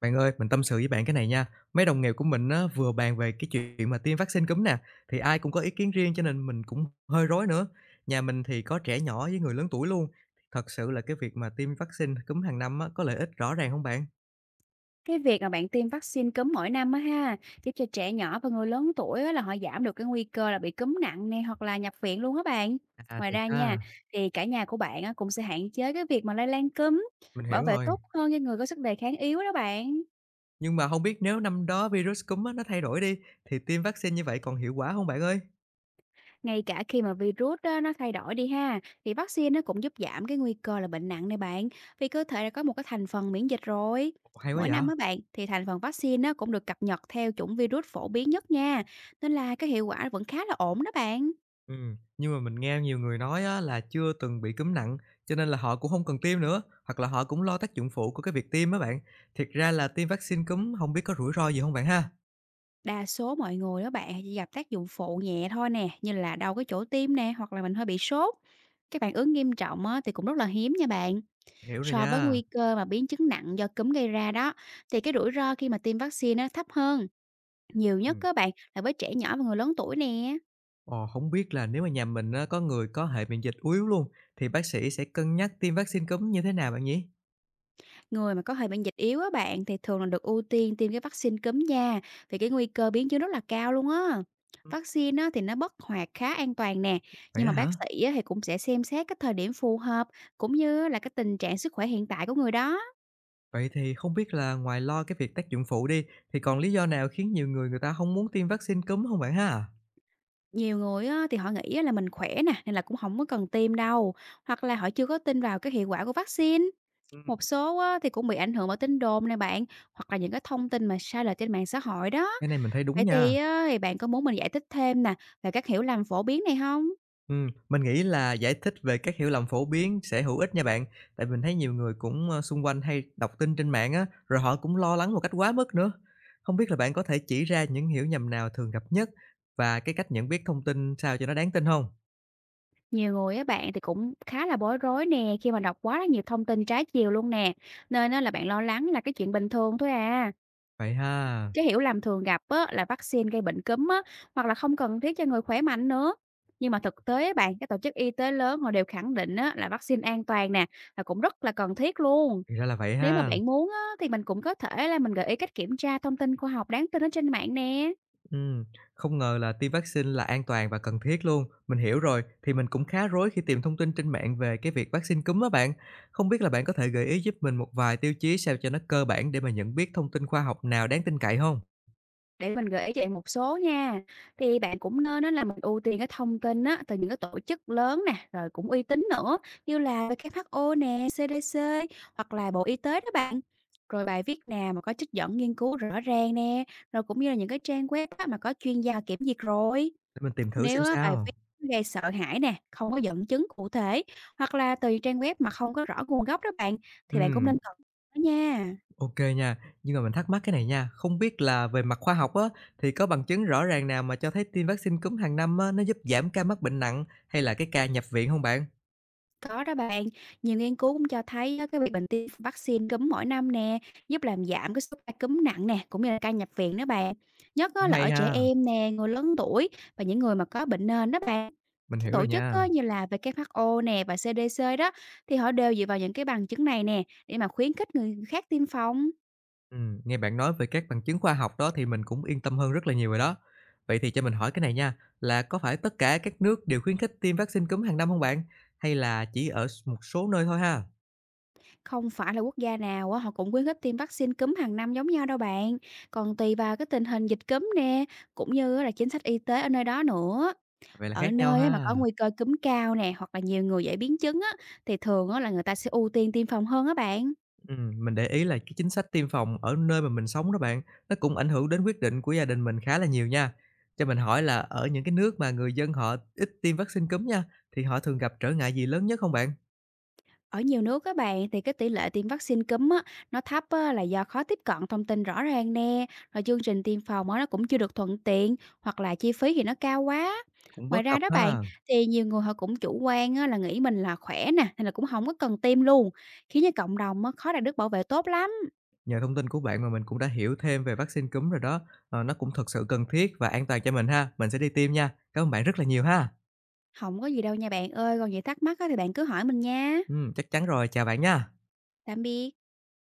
Bạn ơi, mình tâm sự với bạn cái này nha. Mấy đồng nghiệp của mình á, vừa bàn về cái chuyện mà tiêm vaccine cúm nè, thì ai cũng có ý kiến riêng cho nên mình cũng hơi rối nữa. Nhà mình thì có trẻ nhỏ với người lớn tuổi luôn. Thật sự là cái việc mà tiêm vaccine cúm hàng năm á, có lợi ích rõ ràng không bạn? Cái việc mà bạn tiêm vaccine cúm mỗi năm á ha, giúp cho trẻ nhỏ và người lớn tuổi á, là họ giảm được cái nguy cơ là bị cúm nặng này hoặc là nhập viện luôn á bạn. À Ngoài thiệt ra nha, ha, thì cả nhà của bạn á, cũng sẽ hạn chế cái việc mà lây lan cúm, mình bảo hiểu vệ rồi. tốt hơn cho người có sức đề kháng yếu đó bạn. Nhưng mà không biết nếu năm đó virus cúm á, nó thay đổi đi, thì tiêm vaccine như vậy còn hiệu quả không bạn ơi? Ngay cả khi mà virus á, nó thay đổi đi ha, thì vaccine nó cũng giúp giảm cái nguy cơ là bệnh nặng này bạn, vì cơ thể đã có một cái thành phần miễn dịch rồi. Ồ, hay quá Mỗi vậy. năm á bạn, thì thành phần vaccine nó cũng được cập nhật theo chủng virus phổ biến nhất nha, nên là cái hiệu quả vẫn khá là ổn đó bạn. Nhưng mà mình nghe nhiều người nói á là chưa từng bị cúm nặng, cho nên là họ cũng không cần tiêm nữa, hoặc là họ cũng lo tác dụng phụ của cái việc tiêm á bạn. Thiệt ra là tiêm vaccine cúm không biết có rủi ro gì không bạn ha? Đa số mọi người đó bạn chỉ gặp tác dụng phụ nhẹ thôi nè, như là đau cái chỗ tim nè, hoặc là mình hơi bị sốt. Các phản ứng nghiêm trọng á, thì cũng rất là hiếm nha bạn. Hiểu rồi So với nha. nguy cơ mà biến chứng nặng do cúm gây ra đó, thì cái rủi ro khi mà tiêm vaccine nó thấp hơn. Nhiều nhất Ừm, các bạn là với trẻ nhỏ và người lớn tuổi nè. ờ, hổng biết là nếu mà nhà mình á có người có hệ miễn dịch yếu luôn, thì bác sĩ sẽ cân nhắc tiêm vaccine cúm như thế nào bạn nhỉ? Người mà có hệ miễn dịch yếu á bạn thì thường là được ưu tiên tiêm cái vaccine cúm nha, vì cái nguy cơ biến chứng rất là cao luôn á. Ừm. Vaccine á, thì nó bất hoạt khá an toàn nè, Vậy nhưng đó mà bác hả? sĩ á, thì cũng sẽ xem xét cái thời điểm phù hợp cũng như là cái tình trạng sức khỏe hiện tại của người đó. Vậy thì không biết là ngoài lo cái việc tác dụng phụ đi, thì còn lý do nào khiến nhiều người người ta không muốn tiêm vaccine cúm không bạn ha? Nhiều người á, thì họ nghĩ á là mình khỏe nè, nên là cũng không có cần tiêm đâu, hoặc là họ chưa có tin vào cái hiệu quả của vaccine. Ừm. Một số á, thì cũng bị ảnh hưởng bởi tin đồn này bạn, hoặc là những cái thông tin mà sai lệch trên mạng xã hội đó. Cái này mình thấy đúng Vậy nha. thì á, thì bạn có muốn mình giải thích thêm nè, về các hiểu lầm phổ biến này không? Mình nghĩ là giải thích về các hiểu lầm phổ biến sẽ hữu ích nha bạn. Tại mình thấy nhiều người cũng, xung quanh hay đọc tin trên mạng á, rồi họ cũng lo lắng một cách quá mức nữa. Không biết là bạn có thể chỉ ra những hiểu nhầm nào thường gặp nhất và cái cách nhận biết thông tin sao cho nó đáng tin không? Nhiều người á bạn thì cũng khá là bối rối nè, khi mà đọc quá là nhiều thông tin trái chiều luôn nè, nên á là bạn lo lắng là cái chuyện bình thường thôi à. Vậy ha, Cái hiểu lầm thường gặp á, là vaccine gây bệnh cúm á, hoặc là không cần thiết cho người khỏe mạnh nữa. Nhưng mà thực tế á bạn, các tổ chức y tế lớn họ đều khẳng định á, là vaccine an toàn nè, là cũng rất là cần thiết luôn. thì ra là vậy Nếu mà ha. bạn muốn á, thì mình cũng có thể là mình gợi ý cách kiểm tra thông tin khoa học đáng tin ở trên mạng nè. Ừm, không ngờ là tiêm vaccine là an toàn và cần thiết luôn. Mình hiểu rồi, thì mình cũng khá rối khi tìm thông tin trên mạng về cái việc vaccine cúm á bạn. Không biết là bạn có thể gợi ý giúp mình một vài tiêu chí sao cho nó cơ bản để mà nhận biết thông tin khoa học nào đáng tin cậy không? Để mình gợi ý cho bạn một số nha. Thì bạn cũng nên á là mình ưu tiên cái thông tin á từ những cái tổ chức lớn nè, rồi cũng uy tín nữa, như là WHO nè, CDC hoặc là Bộ Y tế đó bạn. Rồi bài viết nào mà có trích dẫn nghiên cứu rõ ràng nè, rồi cũng như là những cái trang web á mà có chuyên gia kiểm duyệt rồi. Để mình tìm thử xem Nếu á bài viết sao. gây sợ hãi nè, không có dẫn chứng cụ thể hoặc là từ trang web mà không có rõ nguồn gốc đó bạn, thì bạn cũng Ừm, nên cẩn thận đó nha. OK nha. Nhưng mà mình thắc mắc cái này nha, không biết là về mặt khoa học á, thì có bằng chứng rõ ràng nào mà cho thấy tiêm vaccine cúm hàng năm á, nó giúp giảm ca mắc bệnh nặng hay là cái ca nhập viện không bạn? Có đó bạn, nhiều nghiên cứu cũng cho thấy á, cái việc mình tiêm vaccine cúm mỗi năm nè, giúp làm giảm cái số ca cúm nặng nè, cũng như là ca nhập viện đó bạn. Nhất Cũng á, là hay ở trẻ ha, em nè, người lớn tuổi và những người mà có bệnh nền đó bạn. mình Các hiểu rồi tổ chức nha. á, như là WHO nè và CDC đó thì họ đều dựa vào những cái bằng chứng này nè để mà khuyến khích người khác tiêm phòng. Nghe bạn nói về các bằng chứng khoa học đó thì mình cũng yên tâm hơn rất là nhiều rồi đó. Vậy thì cho mình hỏi cái này nha, là có phải tất cả các nước đều khuyến khích tiêm vaccine cúm hàng năm không bạn? Hay là chỉ ở một số nơi thôi ha? Không phải là quốc gia nào á, họ cũng khuyến khích tiêm vaccine cúm hàng năm giống nhau đâu bạn. Còn tùy vào cái tình hình dịch cúm nè, cũng như á là chính sách y tế ở nơi đó nữa. Vậy là Ở khác nhau nơi á mà ha. có nguy cơ cúm cao nè, hoặc là nhiều người dễ biến chứng á, thì thường á là người ta sẽ ưu tiên tiêm phòng hơn á bạn. Mình để ý là cái chính sách tiêm phòng ở nơi mà mình sống đó bạn, nó cũng ảnh hưởng đến quyết định của gia đình mình khá là nhiều nha. Cho mình hỏi là ở những cái nước mà người dân họ ít tiêm vaccine cúm nha, thì họ thường gặp trở ngại gì lớn nhất không bạn? Ở nhiều nước các bạn thì cái tỷ lệ tiêm vaccine cúm á, nó thấp á, là do khó tiếp cận thông tin rõ ràng nè, rồi chương trình tiêm phòng á, nó cũng chưa được thuận tiện hoặc là chi phí thì nó cao quá. Cũng Ngoài bất ra cập đó bạn, ha. thì nhiều người họ cũng chủ quan á, là nghĩ mình là khỏe nè, nên là cũng không có cần tiêm luôn, khiến cho cộng đồng á, khó đạt được bảo vệ tốt lắm. Nhờ thông tin của bạn mà mình cũng đã hiểu thêm về vaccine cúm rồi đó, ờ, nó cũng thật sự cần thiết và an toàn cho mình ha. Mình sẽ đi tiêm nha. Cảm ơn bạn rất là nhiều ha. Không có gì đâu nha bạn ơi, còn gì thắc mắc á, thì bạn cứ hỏi mình nha. Chắc chắn rồi, chào bạn nha. Tạm biệt.